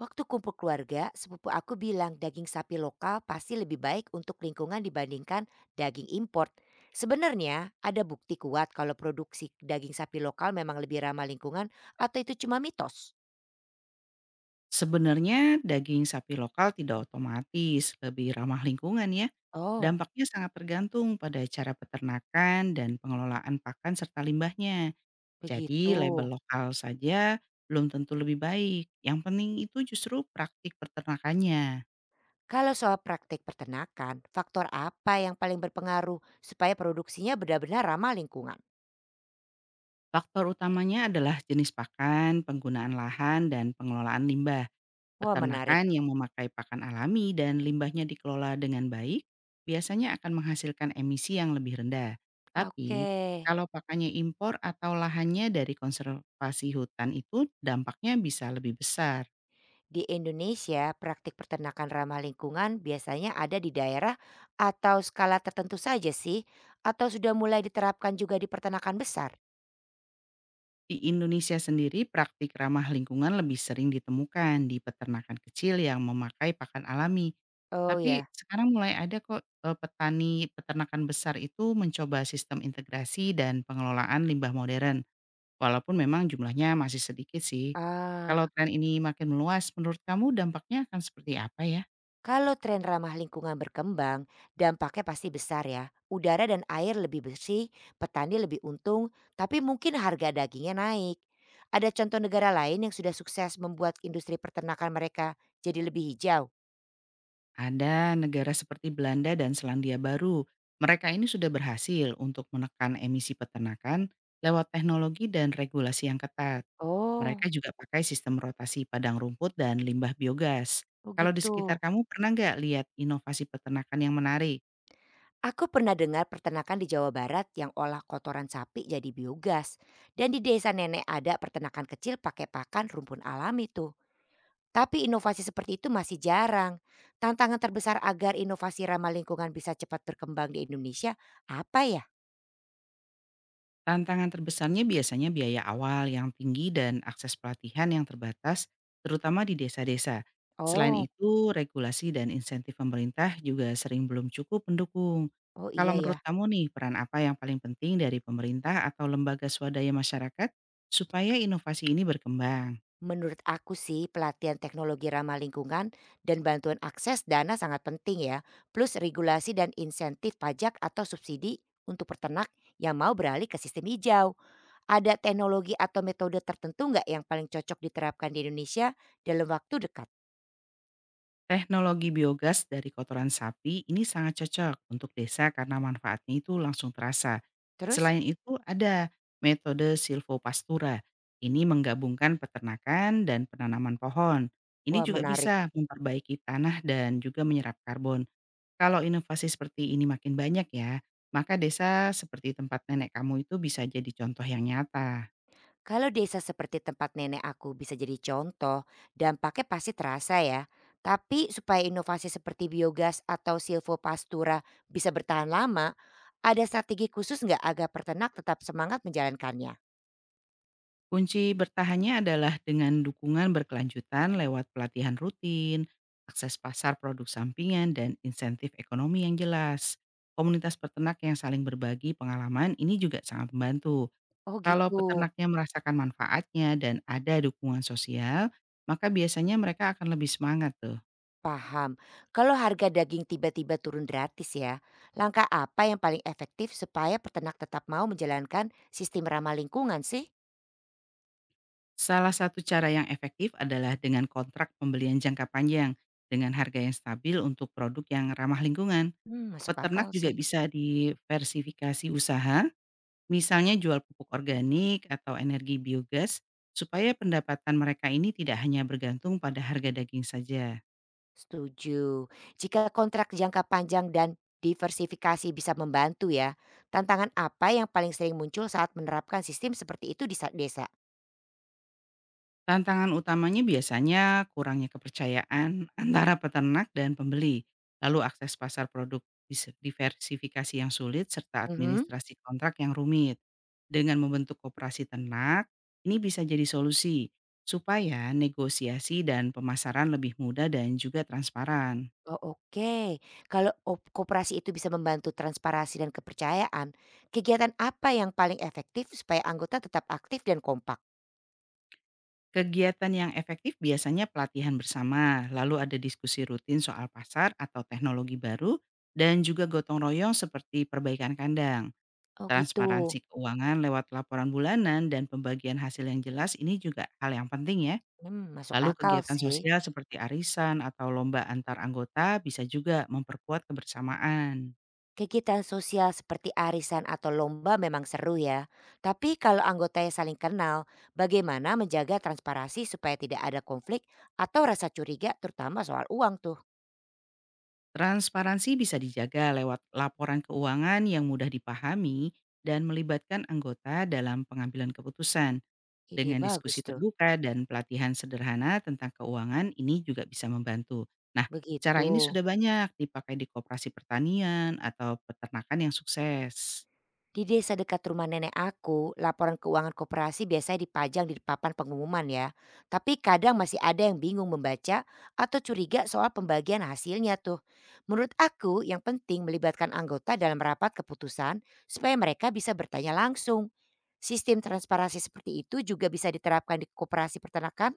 Waktu kumpul keluarga, sepupu aku bilang daging sapi lokal pasti lebih baik untuk lingkungan dibandingkan daging import. Sebenarnya ada bukti kuat kalau produksi daging sapi lokal memang lebih ramah lingkungan atau itu cuma mitos? Sebenarnya daging sapi lokal tidak otomatis lebih ramah lingkungan ya. Oh, Dampaknya sangat tergantung pada cara peternakan dan pengelolaan pakan serta limbahnya. begitu. Jadi label lokal saja belum tentu lebih baik. Yang penting itu justru praktik peternakannya. Kalau soal praktik peternakan, faktor apa yang paling berpengaruh supaya produksinya benar-benar ramah lingkungan? Faktor utamanya adalah jenis pakan, penggunaan lahan, dan pengelolaan limbah. Wah menarik. Peternakan yang memakai pakan alami dan limbahnya dikelola dengan baik biasanya akan menghasilkan emisi yang lebih rendah. Oke. Tapi, kalau pakannya impor atau lahannya dari konservasi hutan, itu dampaknya bisa lebih besar. Di Indonesia, praktik peternakan ramah lingkungan biasanya ada di daerah atau skala tertentu saja sih, atau sudah mulai diterapkan juga di peternakan besar? Di Indonesia sendiri, praktik ramah lingkungan lebih sering ditemukan di peternakan kecil yang memakai pakan alami. Oh Tapi ya, sekarang mulai ada kok, petani peternakan besar itu mencoba sistem integrasi dan pengelolaan limbah modern. Walaupun memang jumlahnya masih sedikit sih. Kalau ah, tren ini makin meluas, menurut kamu dampaknya akan seperti apa ya? kalau tren ramah lingkungan berkembang, dampaknya pasti besar ya. Udara dan air lebih bersih, petani lebih untung, tapi mungkin harga dagingnya naik. Ada contoh negara lain yang sudah sukses membuat industri peternakan mereka jadi lebih hijau? Ada negara seperti Belanda dan Selandia Baru. Mereka ini sudah berhasil untuk menekan emisi peternakan lewat teknologi dan regulasi yang ketat. Oh, Mereka juga pakai sistem rotasi padang rumput dan limbah biogas. Kalau di begitu. sekitar kamu, pernah nggak lihat inovasi peternakan yang menarik? Aku pernah dengar peternakan di Jawa Barat yang olah kotoran sapi jadi biogas. Dan di desa nenek ada peternakan kecil pakai pakan rumpun alami tuh. Tapi inovasi seperti itu masih jarang. Tantangan terbesar agar inovasi ramah lingkungan bisa cepat berkembang di Indonesia apa ya? Tantangan terbesarnya biasanya biaya awal yang tinggi dan akses pelatihan yang terbatas, terutama di desa-desa. Selain Oh, itu, regulasi dan insentif pemerintah juga sering belum cukup mendukung. oh iya Kalau menurut ya. kamu nih, peran apa yang paling penting dari pemerintah atau lembaga swadaya masyarakat supaya inovasi ini berkembang? Menurut aku sih pelatihan teknologi ramah lingkungan dan bantuan akses dana sangat penting ya. Plus regulasi dan insentif pajak atau subsidi untuk peternak yang mau beralih ke sistem hijau. Ada teknologi atau metode tertentu nggak yang paling cocok diterapkan di Indonesia dalam waktu dekat? Teknologi biogas dari kotoran sapi ini sangat cocok untuk desa karena manfaatnya itu langsung terasa. Terus, Selain itu, ada metode silvopastura. Ini menggabungkan peternakan dan penanaman pohon. Ini wah juga menarik. bisa memperbaiki tanah dan juga menyerap karbon. Kalau inovasi seperti ini makin banyak ya, maka desa seperti tempat nenek kamu itu bisa jadi contoh yang nyata. Kalau desa seperti tempat nenek aku bisa jadi contoh, dampaknya pasti terasa ya. Tapi supaya inovasi seperti biogas atau silvopastura bisa bertahan lama, ada strategi khusus nggak agar peternak tetap semangat menjalankannya? Kunci bertahannya adalah dengan dukungan berkelanjutan lewat pelatihan rutin, akses pasar produk sampingan, dan insentif ekonomi yang jelas. Komunitas peternak yang saling berbagi pengalaman ini juga sangat membantu. Oh Kalau gitu, peternaknya merasakan manfaatnya dan ada dukungan sosial, maka biasanya mereka akan lebih semangat tuh. paham. Kalau harga daging tiba-tiba turun gratis ya, langkah apa yang paling efektif supaya peternak tetap mau menjalankan sistem ramah lingkungan sih? Salah satu cara yang efektif adalah dengan kontrak pembelian jangka panjang dengan harga yang stabil untuk produk yang ramah lingkungan. Hmm, masuk Peternak akal juga sih. bisa diversifikasi usaha, misalnya jual pupuk organik atau energi biogas, supaya pendapatan mereka ini tidak hanya bergantung pada harga daging saja. Setuju. Jika kontrak jangka panjang dan diversifikasi bisa membantu ya, tantangan apa yang paling sering muncul saat menerapkan sistem seperti itu di desa? Tantangan utamanya biasanya kurangnya kepercayaan antara peternak dan pembeli, lalu akses pasar produk diversifikasi yang sulit, serta Mhm. administrasi kontrak yang rumit. Dengan membentuk koperasi ternak, ini bisa jadi solusi supaya negosiasi dan pemasaran lebih mudah dan juga transparan. Oh, oke, kalau koperasi itu bisa membantu transparansi dan kepercayaan, kegiatan apa yang paling efektif supaya anggota tetap aktif dan kompak? Kegiatan yang efektif biasanya pelatihan bersama, lalu ada diskusi rutin soal pasar atau teknologi baru, dan juga gotong royong seperti perbaikan kandang. Oh gitu, Transparansi keuangan lewat laporan bulanan dan pembagian hasil yang jelas ini juga hal yang penting ya. hmm, masuk Lalu akal kegiatan sih. sosial seperti arisan atau lomba antar anggota bisa juga memperkuat kebersamaan. Kegiatan sosial seperti arisan atau lomba memang seru ya. Tapi kalau anggotanya saling kenal, bagaimana menjaga transparansi supaya tidak ada konflik atau rasa curiga terutama soal uang tuh? Transparansi bisa dijaga lewat laporan keuangan yang mudah dipahami dan melibatkan anggota dalam pengambilan keputusan. Ide Dengan bagus diskusi tuh. terbuka dan pelatihan sederhana tentang keuangan, ini juga bisa membantu. Nah, Begitu. cara ini sudah banyak dipakai di koperasi pertanian atau peternakan yang sukses. Di desa dekat rumah nenek aku, laporan keuangan koperasi biasanya dipajang di papan pengumuman ya. Tapi kadang masih ada yang bingung membaca atau curiga soal pembagian hasilnya tuh. Menurut aku yang penting melibatkan anggota dalam rapat keputusan supaya mereka bisa bertanya langsung. Sistem transparansi seperti itu juga bisa diterapkan di koperasi peternakan?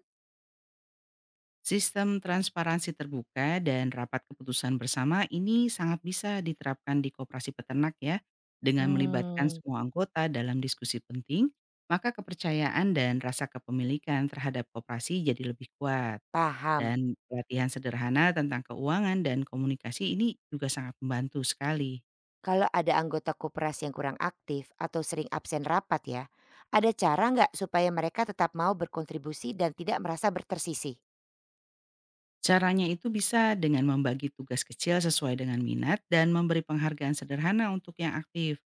Sistem transparansi terbuka dan rapat keputusan bersama ini sangat bisa diterapkan di koperasi peternak ya. Dengan melibatkan Hmm, semua anggota dalam diskusi penting, maka kepercayaan dan rasa kepemilikan terhadap koperasi jadi lebih kuat. paham. Dan pelatihan sederhana tentang keuangan dan komunikasi ini juga sangat membantu sekali. Kalau ada anggota koperasi yang kurang aktif atau sering absen rapat ya, ada cara nggak supaya mereka tetap mau berkontribusi dan tidak merasa bertersisih? Caranya itu bisa dengan membagi tugas kecil sesuai dengan minat dan memberi penghargaan sederhana untuk yang aktif.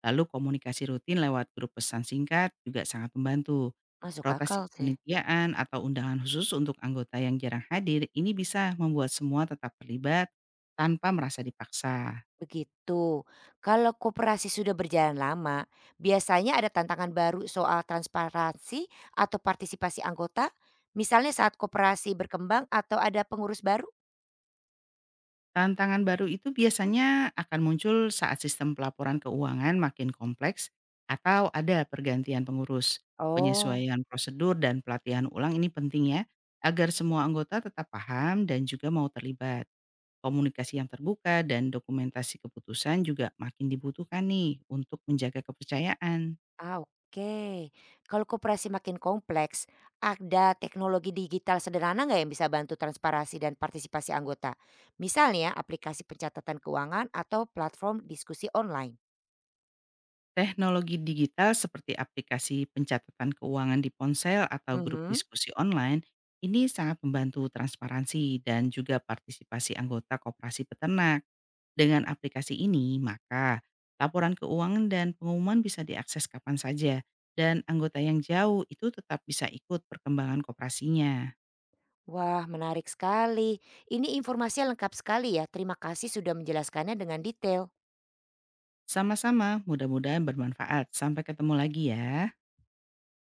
Lalu komunikasi rutin lewat grup pesan singkat juga sangat membantu. Masuk akal Rotasi sih. kepanitiaan atau undangan khusus untuk anggota yang jarang hadir ini bisa membuat semua tetap terlibat tanpa merasa dipaksa. Begitu. Kalau koperasi sudah berjalan lama, biasanya ada tantangan baru soal transparansi atau partisipasi anggota, misalnya saat koperasi berkembang atau ada pengurus baru? Tantangan baru itu biasanya akan muncul saat sistem pelaporan keuangan makin kompleks atau ada pergantian pengurus. Oh, Penyesuaian prosedur dan pelatihan ulang ini penting ya, agar semua anggota tetap paham dan juga mau terlibat. Komunikasi yang terbuka dan dokumentasi keputusan juga makin dibutuhkan nih untuk menjaga kepercayaan. ah, oke. Kalau koperasi makin kompleks, ada teknologi digital sederhana nggak yang bisa bantu transparansi dan partisipasi anggota? Misalnya aplikasi pencatatan keuangan atau platform diskusi online. Teknologi digital seperti aplikasi pencatatan keuangan di ponsel atau grup Mhm. diskusi online ini sangat membantu transparansi dan juga partisipasi anggota koperasi peternak. Dengan aplikasi ini, maka laporan keuangan dan pengumuman bisa diakses kapan saja, dan anggota yang jauh itu tetap bisa ikut perkembangan koperasinya. Wah, menarik sekali. Ini informasinya lengkap sekali ya. Terima kasih sudah menjelaskannya dengan detail. Sama-sama, mudah-mudahan bermanfaat. Sampai ketemu lagi ya.